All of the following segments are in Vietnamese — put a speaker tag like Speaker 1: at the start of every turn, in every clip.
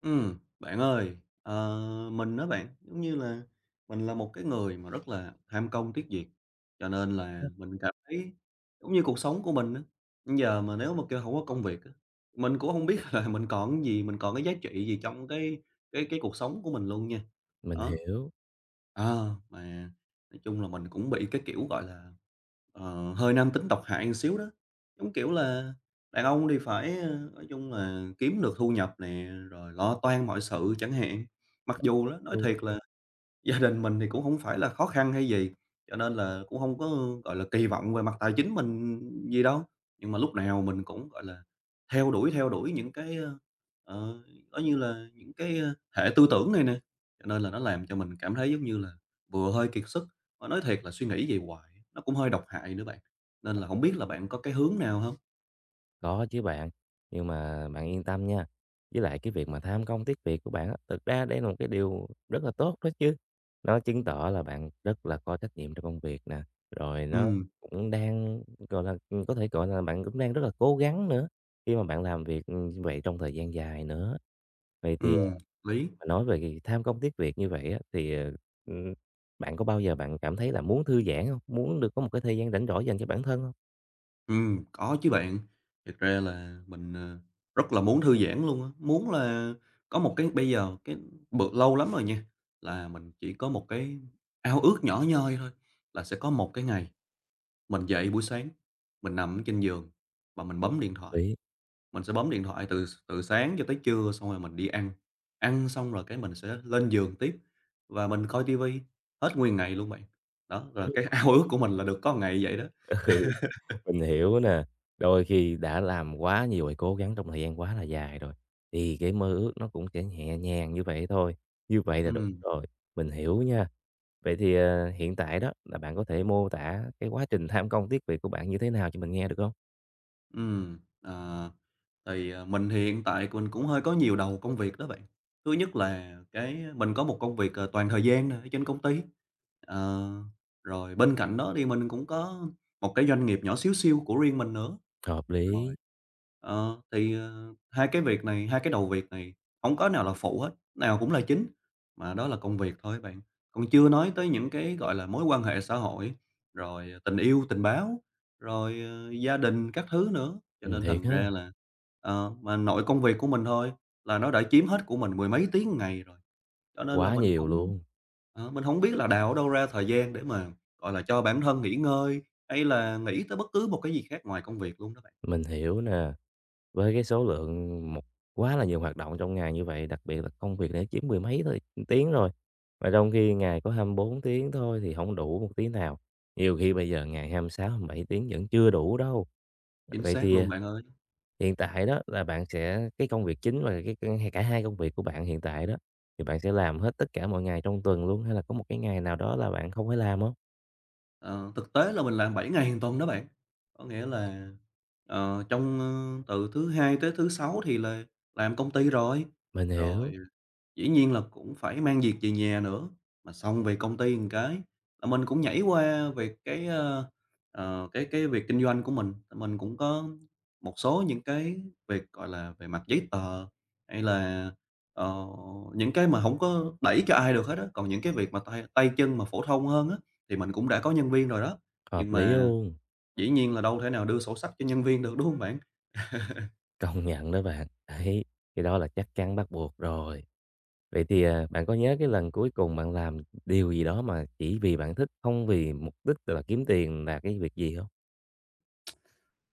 Speaker 1: Bạn ơi, ờ, mình á bạn, giống như là mình là một cái người mà rất là tham công tiếc việc, cho nên là
Speaker 2: Ừm,
Speaker 1: mình cảm thấy giống như cuộc sống của mình á, giờ mà nếu mà kêu không có công việc á, mình cũng không biết là mình còn cái gì, mình còn cái giá trị gì trong cái cuộc sống của mình luôn nha.
Speaker 2: mình
Speaker 1: Đó.
Speaker 2: hiểu,
Speaker 1: Ờ, mà nói chung là mình cũng bị cái kiểu, gọi là, hơi nam tính độc hại một xíu đó. Giống kiểu là đàn ông thì phải, nói chung là kiếm được thu nhập nè, rồi lo toan mọi sự chẳng hạn. Mặc dù đó, nói
Speaker 2: ừm.
Speaker 1: thiệt là gia đình mình thì cũng hổng phải là khó khăn hay gì, cho nên là cũng hông có, gọi là, kỳ vọng về mặt tài chính mình gì đâu. Nhưng mà lúc nào mình cũng, gọi là, theo đuổi những cái, ờ, coi như là những cái, hệ tư tưởng này nè, cho nên là nó làm cho mình cảm thấy giống như là vừa hơi kiệt sức, mà nói thiệt là suy nghĩ vậy hoài nó cũng hơi độc hại nữa bạn. Nên là hổng biết là bạn có cái hướng nào hông?
Speaker 2: Có chứ bạn, nhưng mà bạn yên tâm nha, với lại cái việc mà tham công tiếc việc của bạn á, thực ra đây là một cái điều rất là tốt đó chứ. Nó chứng tỏ là bạn rất là có trách nhiệm trong công việc nè, rồi nó
Speaker 1: Ừm,
Speaker 2: cũng đang, gọi là, có thể gọi là bạn cũng đang rất là cố gắng nữa, khi mà bạn làm việc, như vậy trong thời gian dài nữa. Vậy thì,
Speaker 1: ừm, lý.
Speaker 2: à, nói về cái tham công tiếc việc như vậy á, thì, ừm, bạn có bao giờ bạn cảm thấy là muốn thư giãn không? Muốn được có một cái thời gian rảnh rỗi dành cho bản thân không,
Speaker 1: Có chứ bạn. Thiệt ra là mình, rất là muốn thư giãn luôn á, muốn là có một cái bây giờ cái bự lâu lắm rồi nha, là mình chỉ có một cái ao ước nhỏ nhoi thôi, là sẽ có một cái ngày mình dậy buổi sáng, mình nằm ở trên giường và mình bấm điện thoại.
Speaker 2: hông?
Speaker 1: Mình sẽ bấm điện thoại từ từ sáng cho tới trưa, xong rồi mình đi ăn, ăn xong rồi cái mình sẽ lên giường tiếp và mình coi tivi hết nguyên ngày luôn bạn. Đó,
Speaker 2: Ừ,
Speaker 1: là cái ao ước của mình là được có ngày vậy đó.
Speaker 2: mình hiểu nè. Đôi khi đã làm quá nhiều và cố gắng trong thời gian quá là dài rồi, thì cái mơ ước nó cũng sẽ nhẹ nhàng như vậy thôi, như vậy là đủ
Speaker 1: Ừm.
Speaker 2: rồi, mình hiểu nha. Vậy thì, hiện tại đó là bạn có thể mô tả cái quá trình tham công tiếc việc của bạn như thế nào cho mình nghe được không?
Speaker 1: Ừ ờ, thì, mình thì hiện tại mình cũng hơi có nhiều đầu công việc đó bạn. Thứ nhất là cái à, mình có một công việc, toàn thời gian nè ở trên công ty, ờ, rồi bên cạnh đó thì mình cũng có một cái doanh nghiệp nhỏ xíu xiu của riêng mình nữa.
Speaker 2: Hợp
Speaker 1: Rồi.
Speaker 2: lý,
Speaker 1: Thì, hai cái việc này, hai cái đầu việc này không có nào là phụ hết, nào cũng là chính, mà đó là công việc thôi bạn. Còn chưa nói tới những cái, gọi là, mối quan hệ xã hội, rồi tình yêu, tình báo, rồi, gia đình các thứ nữa. Cho nên
Speaker 2: thiệt
Speaker 1: thành
Speaker 2: á,
Speaker 1: ra là, mà nội công việc của mình thôi là nó đã chiếm hết của mình mười mấy tiếng ngày rồi, cho nên là
Speaker 2: quá
Speaker 1: mình
Speaker 2: nhiều
Speaker 1: cũng
Speaker 2: luôn,
Speaker 1: mình không biết là đào ở đâu ra thời gian để mà, gọi là, cho bản thân nghỉ ngơi, hay là nghĩ tới bất cứ một cái gì khác ngoài công việc luôn đó.
Speaker 2: mình hiểu nè. Với cái số lượng một quá là nhiều hoạt động trong ngày như vậy, đặc biệt là công việc đã chiếm mười mấy thôi tiếng rồi, mà trong khi ngày có 24 tiếng thôi thì không đủ một tí nào, nhiều khi bây giờ ngày hai 26 27 tiếng vẫn chưa đủ đâu.
Speaker 1: Chính
Speaker 2: Vậy
Speaker 1: xác
Speaker 2: thì,
Speaker 1: luôn
Speaker 2: à,
Speaker 1: bạn ơi.
Speaker 2: hiện tại đó là bạn sẽ cái công việc chính và cái cả hai công việc của bạn hiện tại đó, thì bạn sẽ làm hết tất cả mọi ngày trong tuần luôn hay là có một cái ngày nào đó là bạn không phải làm không?
Speaker 1: Ờ, thực tế là mình làm 7 ngày 1 tuần đó bạn. Có nghĩa là, trong, từ thứ Hai tới thứ Sáu thì là làm công ty rồi,
Speaker 2: Mình hiểu,
Speaker 1: rồi dĩ nhiên là cũng phải mang việc về nhà nữa, mà xong về công ty một cái là mình cũng nhảy qua về cái, cái việc kinh doanh của mình. Mình cũng có một số những cái việc, gọi là, về mặt giấy tờ hay là, ờ, những cái mà không có đẩy cho ai được hết á. Còn những cái việc mà tay tay chân mà phổ thông hơn á, thì mình cũng đã có nhân viên rồi đó, nhưng
Speaker 2: hợp lý
Speaker 1: mà
Speaker 2: luôn,
Speaker 1: dĩ nhiên là đâu thể nào đưa sổ sách cho nhân viên được, đúng không bạn?
Speaker 2: công nhận đó bạn, đấy, cái đó là chắc chắn bắt buộc rồi. Vậy thì, à, bạn có nhớ cái lần cuối cùng bạn làm điều gì đó mà chỉ vì bạn thích, không vì mục đích là kiếm tiền là cái việc gì không?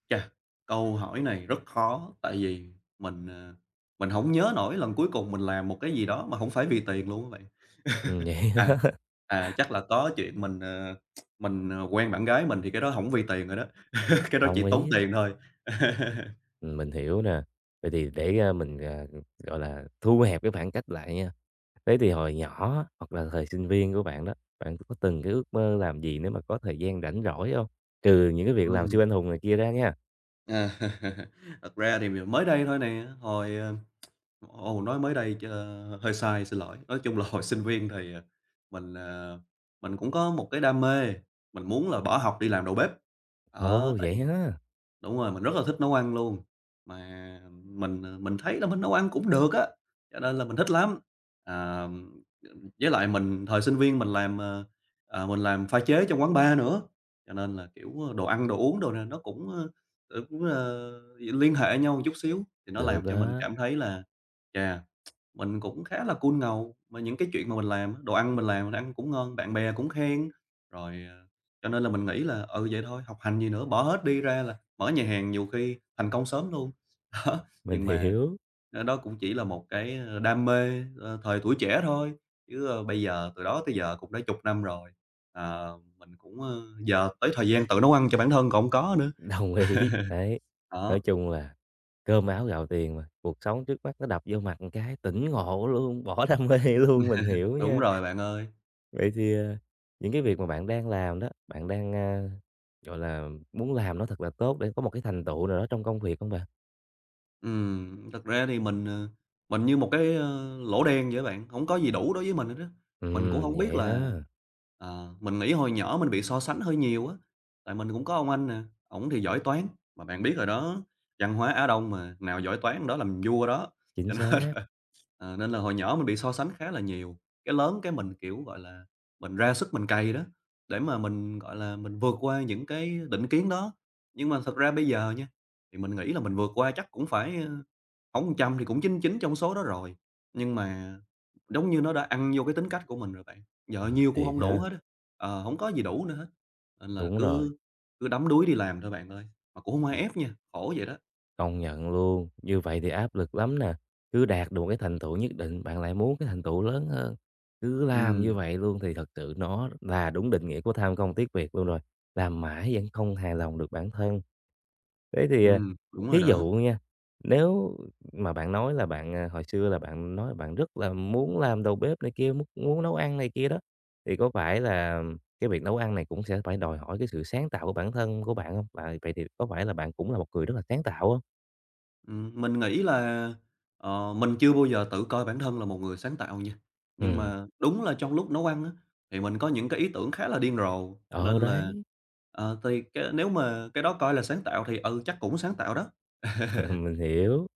Speaker 1: Chà, câu hỏi này rất khó tại vì mình, mình hổng nhớ nổi lần cuối cùng mình làm một cái gì đó mà hổng phải vì tiền luôn á bạn.
Speaker 2: Vậy
Speaker 1: À,
Speaker 2: á,
Speaker 1: chắc là có chuyện mình, mình, quen bạn gái mình thì cái đó hổng vì tiền rồi đó, cái đó chỉ
Speaker 2: đồng
Speaker 1: tốn
Speaker 2: ý,
Speaker 1: tiền thôi.
Speaker 2: mình hiểu nè. Vậy thì để, mình, à, gọi là, thu hẹp cái khoảng cách lại nha. Thế thì hồi nhỏ hoặc là thời sinh viên của bạn đó, bạn có từng cái ước mơ làm gì nếu mà có thời gian rảnh rỗi không? Trừ những cái việc làm siêu
Speaker 1: Ừm,
Speaker 2: anh hùng này kia ra nha.
Speaker 1: à, thật ra thì mới đây thôi nè, nói mới đây hơi sai, xin lỗi. Nói chung là hồi sinh viên thì, mình, mình cũng có một cái đam mê, mình muốn là bỏ học đi làm đầu bếp. Đó,
Speaker 2: Ồ, vậy
Speaker 1: tại
Speaker 2: ha?
Speaker 1: đúng rồi, mình rất là thích nấu ăn luôn, mà mình, mình thấy là mình nấu ăn cũng được á, cho nên là mình thích lắm. À, với lại mình thời sinh viên mình làm, mình làm pha chế trong quán bar nữa, cho nên là, kiểu, đồ ăn, đồ uống đồ này nó cũng, cũng liên hệ nhau một chút xíu, thì nó
Speaker 2: Được
Speaker 1: làm cho mình
Speaker 2: á,
Speaker 1: cảm thấy là chà mình cũng khá là cool ngầu, mà những cái chuyện mà mình làm á, đồ ăn mình làm mình ăn cũng ngon, bạn bè cũng khen, rồi, cho nên là mình nghĩ là, ừ, vậy thôi, học hành gì nữa, bỏ hết đi ra là mở nhà hàng nhiều khi thành công sớm luôn. Đó,
Speaker 2: mình
Speaker 1: nhưng mà,
Speaker 2: hiểu.
Speaker 1: đó cũng chỉ là một cái, đam mê, thời tuổi trẻ thôi, chứ, bây giờ từ đó tới giờ cũng đã chục năm rồi, mình cũng, giờ tới thời gian tự nấu ăn cho bản thân còn hông có nữa.
Speaker 2: Đồng ý, đấy.
Speaker 1: Đó,
Speaker 2: Nói chung là cơm áo gạo tiền mà, cuộc sống trước mắt nó đập vô mặt một cái tỉnh ngộ luôn, bỏ đam mê luôn, mình hiểu
Speaker 1: đúng
Speaker 2: nha.
Speaker 1: rồi bạn ơi.
Speaker 2: Vậy thì, những cái việc mà bạn đang làm đó, bạn đang, gọi là, muốn làm nó thật là tốt để có một cái thành tựu nào đó trong công việc không bạn?
Speaker 1: Thật ra thì mình, mình như một cái, lỗ đen vậy bạn, không có gì đủ đối với mình hết á.
Speaker 2: Ừ
Speaker 1: Mình cũng không biết
Speaker 2: vậy
Speaker 1: là
Speaker 2: ha,
Speaker 1: mình nghĩ hồi nhỏ mình bị so sánh hơi nhiều á, tại mình cũng có ông anh nè, ổng thì giỏi toán, mà bạn biết rồi đó, văn hóa Á Đông mà, nào giỏi toán đó làm vua đó. Cho
Speaker 2: chính
Speaker 1: nên
Speaker 2: xác,
Speaker 1: ờ, nên là hồi nhỏ mình bị so sánh khá là nhiều, cái lớn cái mình, kiểu, gọi là, mình ra sức mình cày đó, để mà mình, gọi là, mình vượt qua những cái định kiến đó. Nhưng mà thật ra bây giờ nha, thì mình nghĩ là mình vượt qua chắc cũng phải, không hổng 100 thì cũng 99 trong số đó rồi, nhưng mà giống như nó đã ăn vô cái tính cách của mình rồi bạn, giờ
Speaker 2: ờ,
Speaker 1: nhiều cũng
Speaker 2: thiệt
Speaker 1: không đủ
Speaker 2: ha,
Speaker 1: hết á, hổng có gì đủ nữa hết, nên là
Speaker 2: đúng rồi.
Speaker 1: cứ cứ đắm đuối đi làm thôi bạn ơi, mà cũng không ai ép nha, khổ vậy đó.
Speaker 2: Công nhận luôn, như vậy thì áp lực lắm nè. Cứ đạt được một cái thành tựu nhất định, bạn lại muốn cái thành tựu lớn hơn. Cứ làm như
Speaker 1: Ừm,
Speaker 2: vậy luôn thì thật sự nó là đúng định nghĩa của tham công tiếc việc luôn rồi. Làm mãi vẫn không hài lòng được bản thân. Thế thì, à,
Speaker 1: đúng rồi
Speaker 2: thí dụ
Speaker 1: đó.
Speaker 2: nha, nếu mà bạn nói là bạn, à, hồi xưa là bạn nói bạn rất là muốn làm đầu bếp này kia, muốn muốn nấu ăn này kia đó, thì có phải là cái việc nấu ăn này cũng sẽ phải đòi hỏi cái sự sáng tạo của bản thân của bạn không? Và vậy thì có phải là bạn cũng là một người rất là sáng tạo không?
Speaker 1: Mình nghĩ là, mình chưa bao giờ tự coi bản thân là một người sáng tạo nha, nhưng
Speaker 2: Ừm.
Speaker 1: mà đúng là trong lúc nấu ăn á, thì mình có những cái ý tưởng khá là điên rồ, cho
Speaker 2: Ừ,
Speaker 1: nên là,
Speaker 2: đấy,
Speaker 1: thì cái nếu mà cái đó coi là sáng tạo thì, ừ, chắc cũng sáng tạo đó.
Speaker 2: mình hiểu.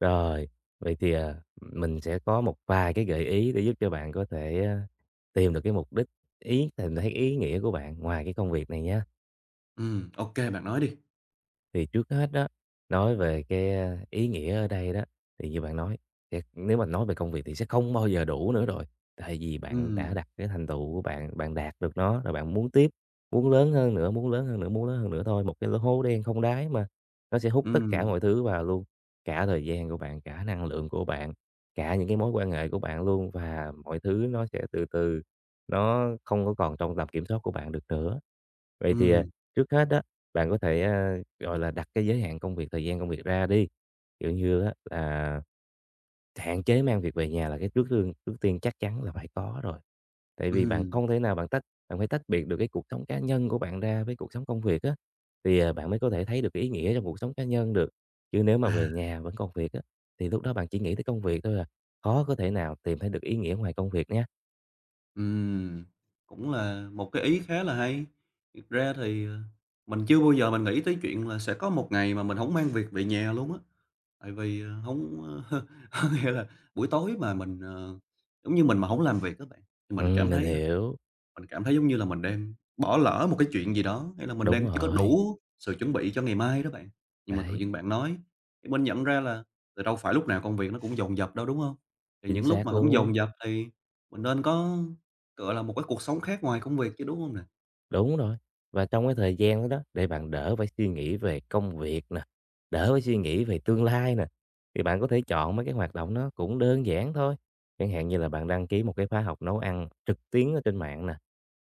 Speaker 2: Rồi, vậy thì, à, mình sẽ có một vài cái gợi ý để giúp cho bạn có thể, tìm được cái mục đích ý tìm thấy ý nghĩa của bạn ngoài cái công việc này nhé.
Speaker 1: Ô bạn nói đi.
Speaker 2: Thì trước hết đó, nói về cái, ý nghĩa ở đây đó, thì như bạn nói, thiệt nếu mà nói về công việc thì sẽ không bao giờ đủ nữa rồi, tại vì bạn đã
Speaker 1: Ừm,
Speaker 2: đặt cái thành tựu của bạn, bạn đạt được nó rồi bạn muốn tiếp, muốn lớn hơn nữa, muốn lớn hơn nữa, muốn lớn hơn nữa thôi, một cái lỗ hố đen không đáy mà, nó sẽ hút tất cả
Speaker 1: ừm,
Speaker 2: mọi thứ vào luôn, cả thời gian của bạn, cả năng lượng của bạn, cả những cái mối quan hệ của bạn luôn, và mọi thứ nó sẽ từ từ nó không có còn trong tầm kiểm soát của bạn được nữa. Vậy thì, à,
Speaker 1: ừm,
Speaker 2: trước hết đó, bạn có thể, gọi là, đặt cái giới hạn công việc, thời gian công việc ra đi, kiểu như á là hạn chế mang việc về nhà là cái trước tiên chắc chắn là phải có rồi. Tại vì bạn
Speaker 1: ừm,
Speaker 2: không thể nào bạn phải tách biệt được cái cuộc sống cá nhân của bạn ra với cuộc sống công việc á, thì, à, bạn mới có thể thấy được cái ý nghĩa trong cuộc sống cá nhân được. Chứ nếu mà
Speaker 1: à,
Speaker 2: về nhà vẫn còn việc á, thì lúc đó bạn chỉ nghĩ tới công việc thôi à, khó có thể nào tìm thấy được ý nghĩa ngoài công việc nhé.
Speaker 1: ừm, cũng là một cái ý khá là hay. Thiệt ra thì, mình chưa bao giờ mình nghĩ tới chuyện là sẽ có một ngày mà mình không mang việc về nhà luôn á. Tại vì, hổng có nghĩa là buổi tối mà mình, giống như mình mà không làm việc các bạn, thì mình cảm
Speaker 2: Mình
Speaker 1: thấy
Speaker 2: hiểu,
Speaker 1: mình cảm thấy giống như là mình đang bỏ lỡ một cái chuyện gì đó, hay là mình
Speaker 2: đúng
Speaker 1: đang chưa có
Speaker 2: rồi,
Speaker 1: đủ sự chuẩn bị cho ngày mai đó bạn. Nhưng mà tự
Speaker 2: đấy,
Speaker 1: nhiên bạn nói, cái mình nhận ra là thì đâu phải lúc nào công việc nó cũng dồn dập đâu, đúng không? Thì
Speaker 2: chính
Speaker 1: những lúc
Speaker 2: xác
Speaker 1: mà không dồn
Speaker 2: luôn.
Speaker 1: dập thì mình nên có, gọi là, một cái cuộc sống khác ngoài công việc chứ, đúng không nè?
Speaker 2: Đúng rồi. Và trong cái thời gian đó đó, để bạn đỡ phải suy nghĩ về công việc nè, đỡ phải suy nghĩ về tương lai nè, thì bạn có thể chọn mấy cái hoạt động nó cũng đơn giản thôi. Chẳng hạn như là bạn đăng ký một cái khóa học nấu ăn trực tuyến ở trên mạng nè,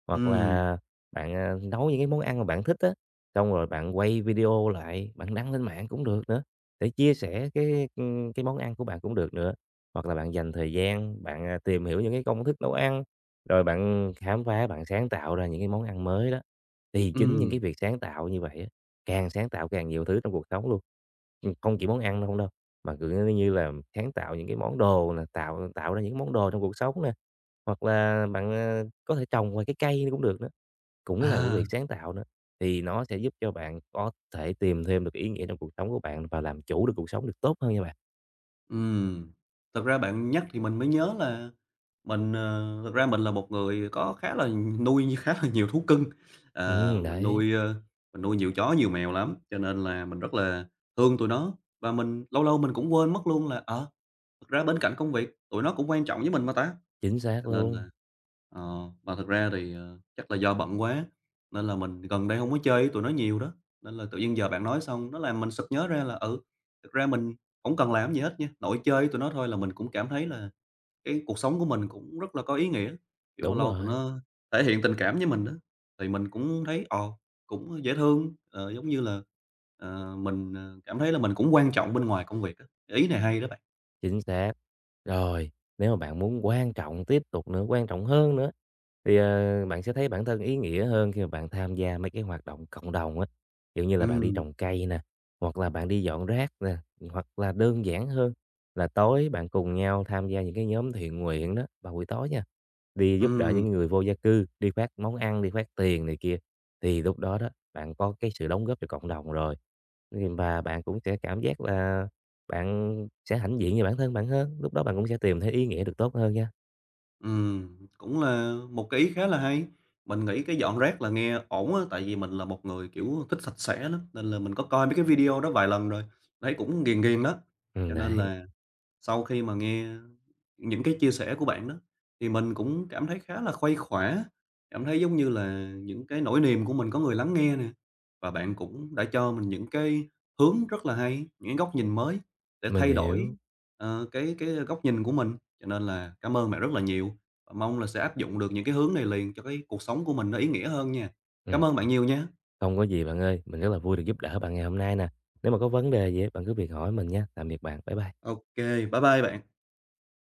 Speaker 2: hoặc
Speaker 1: Ừ
Speaker 2: là bạn, à, nấu những cái món ăn mà bạn thích á, xong rồi bạn quay video lại, bạn đăng lên mạng cũng được nữa, để chia sẻ cái món ăn của bạn cũng được nữa. Hoặc là bạn dành thời gian, bạn, à, tìm hiểu những cái công thức nấu ăn, rồi bạn khám phá, bạn sáng tạo ra những cái món ăn mới đó. Thì chính những cái
Speaker 1: ừ
Speaker 2: việc sáng tạo như vậy á, càng sáng tạo càng nhiều thứ trong cuộc sống luôn. Không chỉ món ăn đâu không đâu, mà, cứ như là, sáng tạo những cái món đồ nè, tạo tạo ra những món đồ trong cuộc sống nè, hoặc là bạn, à, có thể trồng vài cái cây cũng được nữa, cũng là một
Speaker 1: à,
Speaker 2: việc sáng tạo nữa. Thì nó sẽ giúp cho bạn có thể tìm thêm được ý nghĩa trong cuộc sống của bạn và làm chủ được cuộc sống được tốt hơn nha bạn.
Speaker 1: ừ Thật ra bạn nhắc thì mình mới nhớ là mình, thực ra mình là một người có khá là nuôi khá là nhiều thú cưng,
Speaker 2: Ừ
Speaker 1: mình
Speaker 2: đấy,
Speaker 1: nuôi, mình nuôi nhiều chó, nhiều mèo lắm, cho nên là mình rất là thương tụi nó. Và mình lâu lâu mình cũng quên mất luôn là, thực ra bên cạnh công việc, tụi nó cũng quan trọng với mình mà ta.
Speaker 2: chính
Speaker 1: Cho
Speaker 2: xác
Speaker 1: nên
Speaker 2: luôn,
Speaker 1: là mà thực ra thì, chắc là do bận quá, nên là mình gần đây không có chơi với tụi nó nhiều đó, nên là tự nhiên giờ bạn nói xong nó làm mình sực nhớ ra là, ừ, thực ra mình hổng cần làm gì hết nha, nội chơi với tụi nó thôi là mình cũng cảm thấy là cái cuộc sống của mình cũng rất là có ý nghĩa, kiểu, lâu
Speaker 2: đúng
Speaker 1: lâu tụi
Speaker 2: rồi.
Speaker 1: nó thể hiện tình cảm với mình đó thì mình cũng thấy, ồ cũng dễ thương, giống như là, mình, cảm thấy là mình cũng quan trọng bên ngoài công việc á. Ý này hay đó bạn.
Speaker 2: Chính xác. Rồi, nếu mà bạn muốn quan trọng tiếp tục nữa, quan trọng hơn nữa, thì, bạn sẽ thấy bản thân ý nghĩa hơn khi mà bạn tham gia mấy cái hoạt động cộng đồng á, kiểu như là bạn đi
Speaker 1: Ừm,
Speaker 2: trồng cây nè, hoặc là bạn đi dọn rác nè, hoặc là đơn giản hơn là tối bạn cùng nhau tham gia những cái nhóm thiện nguyện đó vào buổi tối nha, đi giúp đỡ
Speaker 1: ừm,
Speaker 2: những người vô gia cư, đi phát món ăn, đi phát tiền này kia, thì lúc đó đó, bạn có cái sự đóng góp cho cộng đồng rồi. Thì và bạn cũng sẽ cảm giác là bạn sẽ hãnh diện về bản thân bạn hơn, lúc đó bạn cũng sẽ tìm thấy ý nghĩa được tốt hơn nha.
Speaker 1: cũng là một cái ý khá là hay. Mình nghĩ cái dọn rác là nghe ổn á, tại vì mình là một người, kiểu, thích sạch sẽ lắm, nên là mình có coi mấy cái video đó vài lần rồi, thấy cũng ghiền ghiền đó, cho nên
Speaker 2: Đấy,
Speaker 1: là sau khi mà nghe những cái chia sẻ của bạn đó, thì mình cũng cảm thấy khá là khuây khỏa, cảm thấy giống như là những cái nỗi niềm của mình có người lắng nghe nè. Và bạn cũng đã cho mình những cái hướng rất là hay, những cái góc nhìn mới để
Speaker 2: mình
Speaker 1: thay đổi,
Speaker 2: hiểu.
Speaker 1: cái góc nhìn của mình. Cho nên là cảm ơn bạn rất là nhiều và mong là sẽ áp dụng được những cái hướng này liền cho cái cuộc sống của mình nó ý nghĩa hơn nha. Cảm ơn bạn
Speaker 2: Không
Speaker 1: nhiều nha.
Speaker 2: không có gì bạn ơi, mình rất là vui được giúp đỡ bạn ngày hôm nay nè. Nếu mà có vấn đề gì á, bạn cứ việc hỏi mình nha. Tạm biệt bạn, bye bye.
Speaker 1: OK, bye bye bạn.